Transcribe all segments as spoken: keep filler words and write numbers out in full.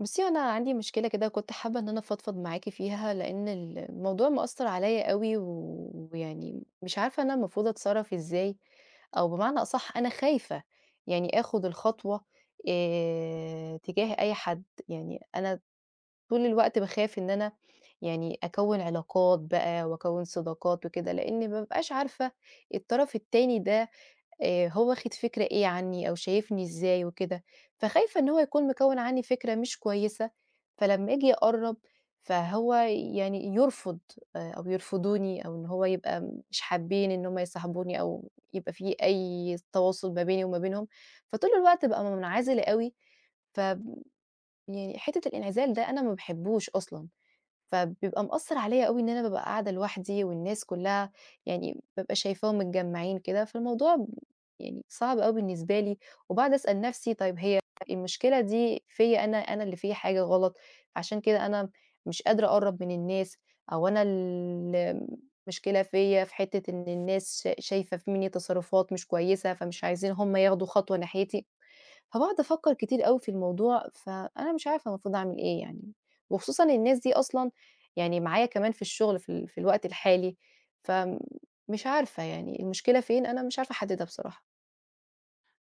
بُصّي، أنا عندي مشكلة كده كنت حابة إن أنا أفضفض معاكِ فيها، لإن الموضوع مأثّر عليّا أوي، و ويعني مش عارفة أنا المفروض أتصرّف إزاي، أو بمعنى أصح أنا خايفة يعني آخُد الخطوة آآ تجاه أي حد، يعني أنا طول الوقت باخاف إن أنا يعني أكوّن علاقات بقى وأكوّن صداقات وكده، لإن ما بابقاش عارفة الطرف التاني ده آآ هو واخد فكرة إيه عني أو شايفني إزاي وكده، فخايفة إن هو يكون مكوّن عني فكرة مش كويسة، فلمّا آجي أقرّب فهو يعني يرفض آآ أو يرفضوني أو إن هو يبقى مش حابين إن هم يصاحبوني أو يبقى في أي تواصل ما بيني وما بينهم، فطول الوقت بابقى منعزلة أوي، ف يعني حتّة الانعزال ده أنا ما باحبوش أصلًا. فبيبقى مأثّر عليَّ أوي إن أنا بابقى قاعدة لوحدي والناس كلّها يعني بابقى شايفاهم متجمّعين كده، فالموضوع ب يعني صعب أوي بالنسبة لي، وباقعد أسأل نَفْسي طيب هي المشكلة دي فيّا أنا، أنا اللي فيّا حاجة غلط، عشان كده أنا مش قادرة أقرّب من الناس، أو أنا ال المشكلة فيّا في حتّة إن الناس شا شايفة في منّي تصرفات مش كويسة، فمش عايزين هم ياخدوا خطوة ناحيتي. فباقعد أفكّر كتير أوي في الموضوع، فأنا مش عارفة المفروض أعمل إيه يعني، وخصوصًا الناس دي أصلًا يعني معايا كمان في الشغل في ال في الوقت الحالي، فمش عارفة يعني المشكلة فين أنا مش عارفة أحددها بصراحة.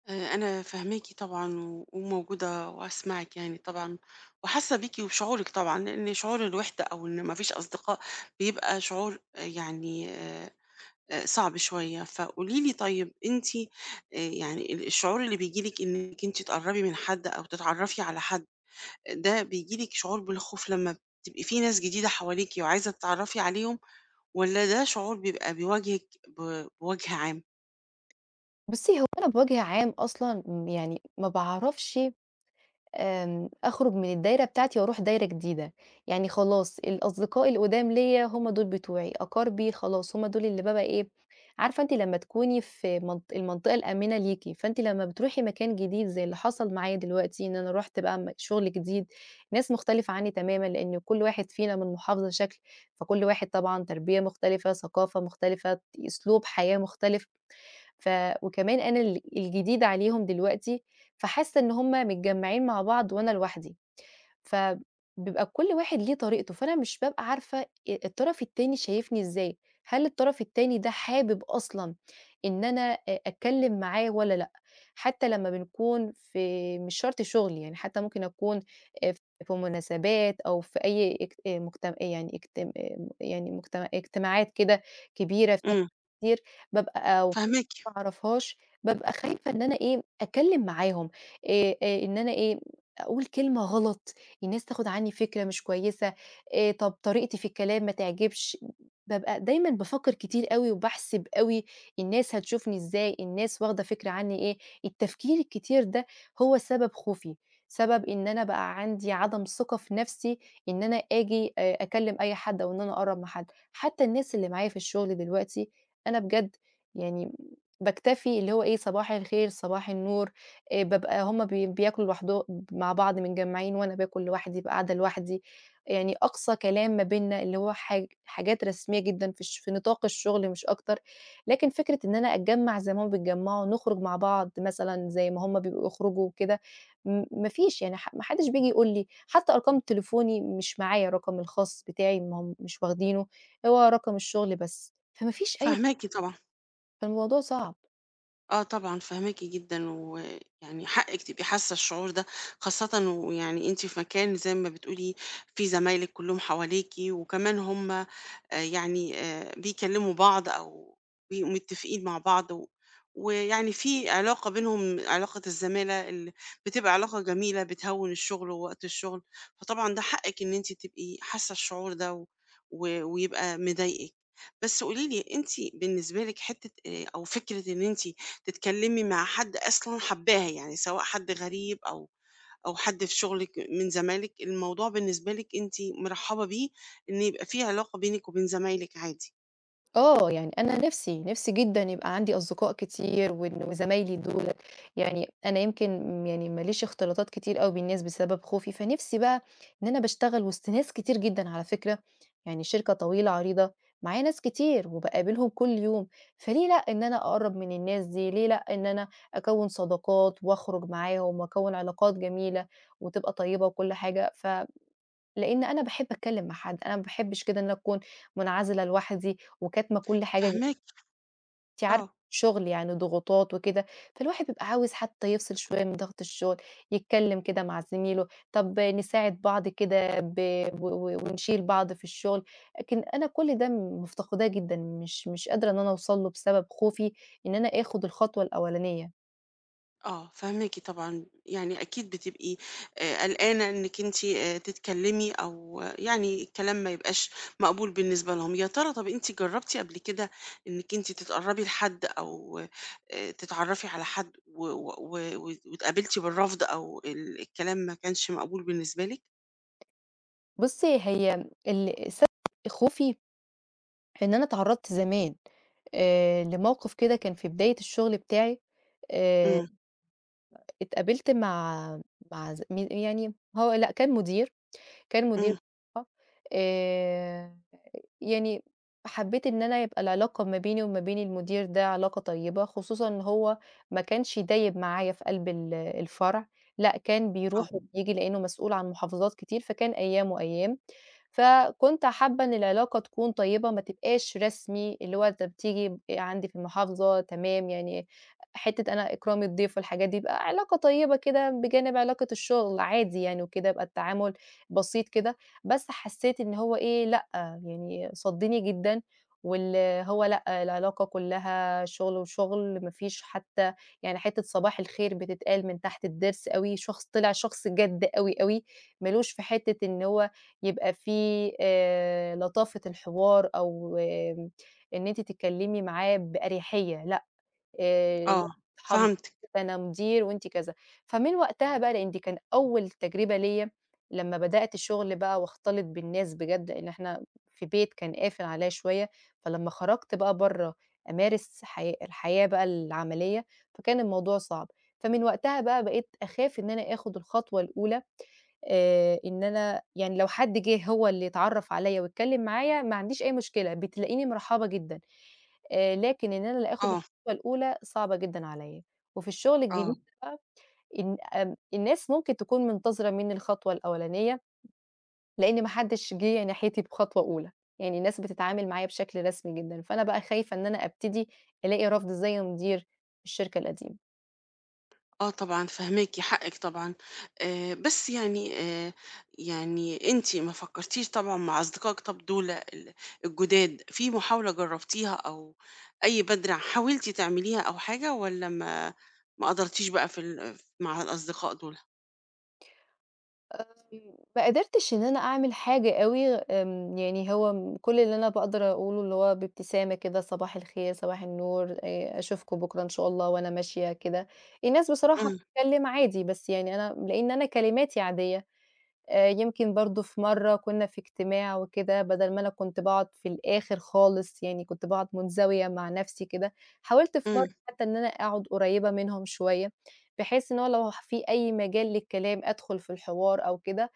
آه، أنا فاهماكي طبعا و- وموجودة وأسمعك، يعني طبعا وحاسة بيكي وبشعورك طبعا، لأن شعور الوحدة أو إن مفيش أصدقاء بيبقى شعور آه، يعني آه، آه، صعب شوية. فقوليلي طيب، أنتي آه، يعني ال- الشعور اللي بيجيلك إنك أنتي تقربي من حد أو تتعرفي على حد، ده بيجيلك شعور بالخوف لما بتبقي في ناس جديدة حواليكي وعايزة تتعرفي عليهم، ولا ده شعور بيبقى بيواجهك ب- بوجه عام؟ بُصّي هو أنا بوجه عام أصلًا م يعني ما باعرفش، آمم، أخرج من الدايرة بتاعتي وأروح دايرة جديدة، يعني خلاص الأصدقاء القدام ليّا هم دول بتوعي، أقاربي خلاص هم دول اللي بابقى إيه، عارفة أنتِ لمّا تكوني في منط المنطقة الآمنة ليكِ، فأنتِ لمّا بتروحي مكان جديد زي اللي حصل معايا دلوقتي إن أنا رُحت بقى م شغل جديد، ناس مختلفة عنّي تمامًا لإن كل واحد فينا من محافظة شكل، فكل واحد طبعًا تربية مختلفة، ثقافة مختلفة، أسلوب حياة مختلف، ف وكمان أنا ال الجديدة عليهم دلوقتي، فحاسة إن هُم متجمّعين مع بعض وأنا لوحدي. فبيبقى كل واحد ليه طريقته، فأنا مش بابقى عارفة آآ الطرف التاني شايفني إزاي، هل الطرف التاني ده حابب أصلًا إن أنا أ أتكلم معاه والّا لأ؟ حتى لمّا بنكون في مش شرط شغل يعني، حتى ممكن أكون آآ في مناسبات أو في أي اجت آآ مجتم يعني اجتم آآ يعني مجتم اجتماعات كده كبيرة فيها امم. كتير، بابقى أو فاهماكي. ما أعرفهاش، بابقى خايفة إن أنا إيه، أتكلم معاهم، آآ آآ إن أنا إيه، أقول كلمة غلط. الناس تاخد عني فكرة مش كويسة، آآ طب طريقتي في الكلام ما تعجبش، بابقى دايمًا بافكّر كتير أوي وباحسب أوي الناس هتشوفني إزاي، الناس واخدة فكرة عني إيه، التفكير الكتير ده هو سبب خوفي، سبب إن أنا بقى عندي عدم ثقة في نفسي إن أنا آجي آآ أكلّم أي حد أو إن أنا أقرّب من حد، حتى الناس اللي معايا في الشغل دلوقتي أنا بجد يعني باكتفي اللي هو إيه صباح الخير، صباح النور، آآ بابقى هُم بي بياكلوا لوحده مع بعض متجمّعين وأنا باكل لوحدي، بابقى قاعدة لوحدي، يعني أقصى كلام ما بيننا اللي هو حاج حاجات رسمية جدًا في الش في نطاق الشغل مش أكتر، لكن فكرة إن أنا أتجمّع زي ما هُم بيتجمّعوا، نخرج مع بعض مثلًا زي ما هُم بيبقوا يخرجوا وكده، م ما فيش يعني ح ما حدش بييجي يقول لي، حتى أرقام تليفوني مش معايا الرقم الخاص بتاعي ما هُم مش واخدينه، هو رقم الشغل بس، فما فيش أي، فاهماكي طبعا. فالموضوع صعب. آه، طبعًا فاهماكِ جدًا، ويعني حقِّك تبقي حاسة الشعور ده، خاصةً ويعني أنتِ في مكان زي ما بتقولي، في زمايلِك كلّهم حواليكِ، وكمان هُم آآ يعني آآ بيكلّموا بعض أو بيبقوا متّفقين مع بعض، و ويعني في علاقة بينهم، علاقة الزمالة ال بتبقى علاقة جميلة بتهوّن الشغل ووقت الشغل، فطبعًا ده حقِّك إن أنتِ تبقي حاسة الشعور ده و و ويبقى مضايقِك. بس قولي لي، أنتِ بالنسبة لِك، حتّة آآ أو فكرة إن أنتِ تتكلمي مع حد أصلًا حاباه، يعني سواء حد غريب أو أو حد في شغلِك من زمايلِك، الموضوع بالنسبة لِك أنتِ مرحبة بيه، إن يبقى في علاقة بينِك وبين زمايلِك عادي. آه، يعني أنا نِفْسي، نِفْسي جدًا يبقى عندي أصدقاء كتير وإن وزمايلي دُولة، يعني أنا يمكن يعني ما ليش اختلاطات كتير أوي بالناس بسبب خوفي، فنِفْسي بقى إن أنا باشتغل وسط ناس كتير جدًا على فكرة، يعني الشركة طويلة عريضة، معايا ناس كتير وباقابلهم كل يوم، فليه لأ إن أنا أقرّب من الناس دي، ليه لأ إن أنا أكوّن صداقات وأخرج معاهم وأكوّن علاقات جميلة وتبقى طيبة وكل حاجة، ف لإن أنا باحب أتكلّم مع حد، أنا ما باحبش كده إن أنا أكون منعزلة لوحدي وكاتمة كل حاجة، فاهماكِ. أنتِ عارفة آه. شغل يعني ضغوطات وكده، فالواحد بيبقى عاوز حتى يفصل شوية من ضغط الشغل، يتكلّم كده مع زميله، طب نساعد بعض كده ب و و ونشيل بعض في الشغل، لكن أنا كل ده مفتقداه جدًا، مش مش قادرة إن أنا أوصل له بسبب خوفي إن أنا آخد الخطوة الأولانية. آه، فاهماكِ طبعًا. يعني أكيد بتبقي آآ قلقانة إنِّك أنتِ آآ تتكلّمي أو آه، يعني الكلام ما يبقاش مقبول بالنسبة لهم. يا ترى طَب أنتِ جرّبتِ قبل كده إنِّك أنتِ تتقرّبي لحد أو آآ تتعرّفي على حد، و و و وات واتقابلتِ بالرفض أو ال الكلام ما كانش مقبول بالنسبة لِك؟ بُصّي هي ال سبب خوفي إن أنا اتعرّضت زمان آآ لموقف كده كان في بداية الشغل بتاعي، آآ إمم. اتقابلت مع مع ز م يعني هو لأ كان مدير، كان إمم. مدير، آه، آآ يعني حبيت إن أنا يبقى العلاقة ما بيني وما بين المدير ده علاقة طيبة، خصوصًا إن هو ما كانش دايب معايا في قلب ال الفرع، لأ كان آه. بيروح إمم. وبييجي لإنه مسؤول عن محافظات كتير، فكان أيام وأيام، فكنت حابة إن العلاقة تكون طيبة ما تبقاش رسمي، اللي هو أنت بتيجي عندي في المحافظة تمام، يعني حتة أنا إكرام الضيف والحاجات دي، يبقى علاقة طيبة كده بجانب علاقة الشغل عادي يعني وكده، يبقى التعامل بسيط كده، بس حسيت إن هو إيه لأ يعني صدّني جدًا، واللي هو لأ، العلاقة كلّها شغل وشغل، ما فيش حتى يعني حتّة صباح الخير بتتقال من تحت الضرس أوي، شخص طلع شخص جَد أوي، أوي، ما لوش في حتّة إن هو يبقى في آآ لطافة الحوار أو آمم إن أنتِ تتكلّمي معاه بأريحية، لأ، آآ آه. أصحاب، فهمتِك. ده أنا مدير وأنتِ كذا، فمن وقتها بقى لإن دي كان أول تجربة ليّا لمّا بدأت الشغل بقى واختلط بالناس بجد، لإن إحنا في بيت كان قافل عليَّ شوية، فلمّا خرجت بقى برّه أمارس حياة الحياة بقى العملية، فكان الموضوع صعب، فمن وقتها بقى بقيت أخاف إن أنا آخد الخطوة الأولى، آآ إن أنا يعني لو حد جه هو اللي اتعرّف عليّا واتكلّم معايا ما عنديش أي مشكلة، بتلاقيني مرحبة جدًا، آآ لكن إن أنا اللي آخُد آه. الخطوة الأولى صعبة جدًا عليّا. وفي الشغل الجديد آه. ده بقى إن آمم الناس ممكن تكون منتظرة منّي الخطوة الأولانية، لإن ما حدّش جه ناحيتي بخطوة أولى، يعني الناس بتتعامل معايا بشكل رسمي جدًا، فأنا بقى خايفة إن أنا أبتدي ألاقي رفض زي مدير الشركة القديمة. آه طبعًا فاهماكِ، حقِّك طبعًا، آآ بس يعني آآ يعني أنتِ ما فكّرتيش طبعًا مع أصدقائِك. طب دُول ال الجُداد، في محاولة جرّبتيها أو أي بَدْرة حاولتِ تعمليها أو حاجة، والّا ما ما قدرتيش بقى في ال ف مع الأصدقاء دُول؟ آمم، ما قدرتش إن أنا أعمل حاجة أوي، آمم، يعني هو م كل اللي أنا باقدر أقوله اللي هو بابتسامة كده صباح الخير، صباح النور، آآ، أشوفكم بكرة إن شاء الله وأنا ماشية كده. الناس بصراحة إمم. بتتكلم عادي، بس يعني أنا لإن أنا كلماتي عادية. آآ، يمكن برضه في مرة كنا في اجتماع وكده، بدل ما أنا كنت باقعد في الآخر خالص، يعني كنت باقعد منزوية مع نفسي كده، حاولت في مرة إمم. إمم. حتى إن أنا أقعد قريبة منهم شوية. بحيث إن هو لو في أي مجال للكلام أدخل في الحوار أو كده،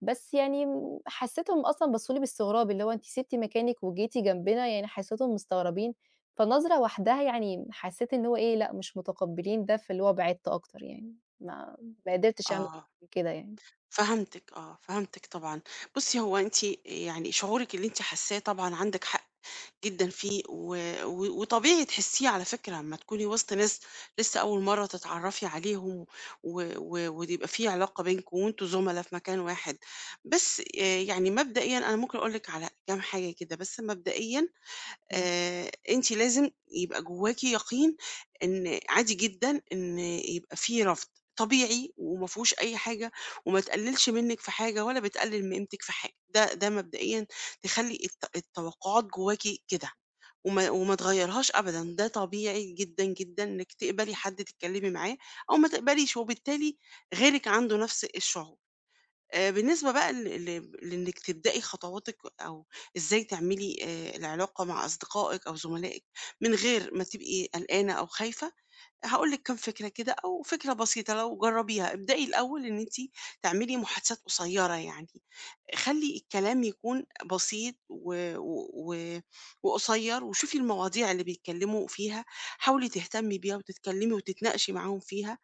بس يعني م- حسّيتهم أصلًا بصّوا لي باستغراب، اللي هو أنتِ سِبتِ مكانِك وجيتِ جنبنا، يعني حسّيتهم مستغربين، فنظرة واحدة يعني حسّيت إن هو إيه، لأ مش متقبّلين ده، فاللي هو بعدت أكتر يعني، ما ما قدرتش أعمل آه، كده يعني. فهمتِك. آه، فهمتِك طبعًا. بُصّي، هو أنتِ يعني شعورِك اللي أنتِ حاسّاه طبعًا عندِك حق جدًا فيه، و و وطبيعي تحسيه على فكرة، أمّا تكوني وسط ناس لسه أول مرّة تتعرّفي عليهم و و ويبقى في علاقة بينكم وأنتم زُملا في مكان واحد. بس آآ يعني مبدئيًا، أنا ممكن أقول لِك على كام حاجة كده. بس مبدئيًا إمم. آآ أنتِ لازم يبقى جواكِ يقين إن عادي جدًا إن يبقى في رفض، طبيعي وما فيهوش أي حاجة، وما تقلّلش منِّك في حاجة، ولا بتقلِّل من قيمتِك في حاجة. ده ده مبدئيًا، تخلّي الت التوقعات جواكِ كده، وما وما تغيّرهاش أبدًا. ده طبيعي جدًا، جدًا إنِّك تقبلي حد تتكلّمي معاه أو ما تقبليش، وبالتالي غيرِك عنده نفس الشعور. آآ بالنسبة بقى ل ل لإنِّك تبدئي خطواتِك أو إزاي تعملي آآ العلاقة مع أصدقائِك أو زملائِك من غير ما تبقي قلقانة أو خايفة، هاقول لِك كام فكرة كده، أو فكرة بسيطة لو جرّبيها. ابدئي الأول، إن أنتِ تعملي محادثات قصيّرة يعني، خلّي الكلام يكون بسيط و و و وقصيّر، وشوفي المواضيع اللي بيتكلّموا فيها، حاولي تهتمي بيها وتتكلّمي وتتناقشي معاهم فيها.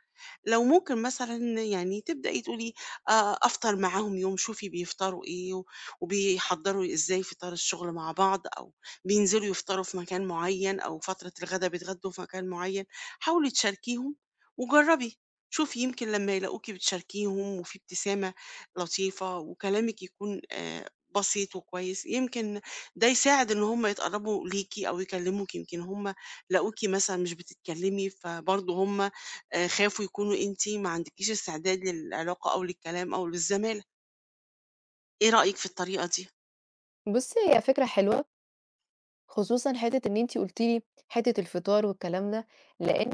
لو ممكن مثلًا، يعني تبدئي تقولي آآ أفطر معاهم يوم، شوفي بيفطروا إيه و وبيحضّروا إزاي فطار الشغل مع بعض، أو بينزلوا يفطروا في مكان معيّن، أو فترة الغدا بيتغدوا في مكان معيّن. حاولي تشاركيهم وجرّبي، شوفي يمكن لمّا يلاقوكِ بتشاركيهم وفي ابتسامة لطيفة وكلامِك يكون آآ بسيط وكويس، يمكن ده يساعد إن هم يتقرّبوا ليكِ أو يكلّموكِ. يمكن هم لاقوكِ مثلًا مش بتتكلّمي، فبرضه هم آآ خافوا يكونوا أنتِ ما عندكيش استعداد للعلاقة أو للكلام أو للزمالة. إيه رأيِك في الطريقة دي؟ بُصّي هي فكرة حلوة خصوصًا حتّة إن أنتِ قُلتِ لي حتّة الفطار والكلام ده، لإن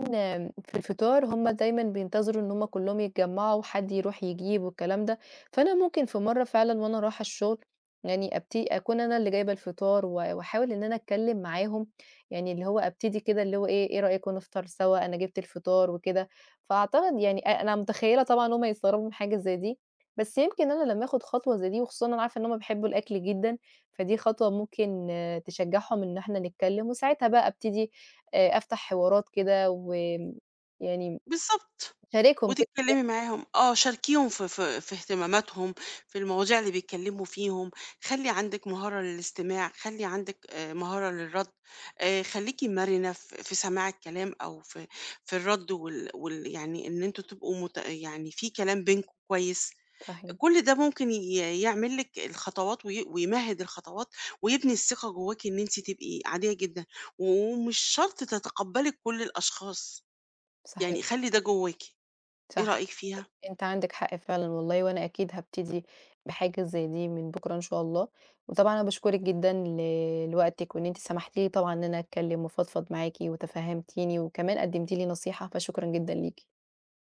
في الفطار هُم دايمًا بينتظروا إن هُم كلّهم يتجمّعوا وحد يروح يجيب والكلام ده، فأنا ممكن في مرّة فعلًا وأنا رايحة الشغل يعني أبت أكون أنا اللي جايبة الفطار و وأحاول إن أنا أتكلّم معاهم، يعني اللي هو أبتدي كده اللي هو إيه، إيه رأيكم نفطر سوا، أنا جِبت الفطار وكده، فأعتقد يعني أ أنا متخيّلة طبعًا هُم هيستغربوا من حاجة زي دي، بس يمكن أنا لمّا آخُد خطوة زي دي وخصوصًا أنا عارفة إن هُم بيحبّوا الأكل جدًا، فدي خطوة ممكن آه، تشجّعهم إن إحنا نتكلّم، وساعتها بقى أبتدي آآ أفتح حوارات كده وآمم يعني بالضبط، أشاركهم كده، وتتكلمي معاهم. آه، شاركيهم في في في اهتماماتهم، في المواضيع اللي بيتكلموا فيهم، خلّي عندِك مهارة للاستماع، خلّي عندِك آآ مهارة للرد، آآ خلّيكِ مرنة في في سماع الكلام أو في في الرد وال وال يعني إن أنتم تبقوا مت يعني في كلام بينكم كويس. صحيح، كل ده ممكن ي يعمل لِك الخطوات، وي ويمهِّد الخطوات، ويبني الثقة جواكِ إن أنتِ تبقي عادية جدًا، ومش شرط تتقبّلي كل الأشخاص، صحيح، يعني خلّي ده جواكِ. إيه صحيح، رأيك فيها؟ أنت عندك حق فعلًا والله، وأنا أكيد هابتدي بحاجة زي دي من بُكرة إن شاء الله، وطبعًا أنا باشكرِك جدًا ل لوقتِك، وإن أنتِ سمحتِ لي طبعًا إن أنا أتكلّم وأفضفض معاكِ وتفهّمتيني، وكمان قدّمتِ لي نصيحة، فشكرًا جدًا ليكِ.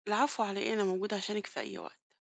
العفو على إيه، أنا موجودة عشانِك في أي وقت.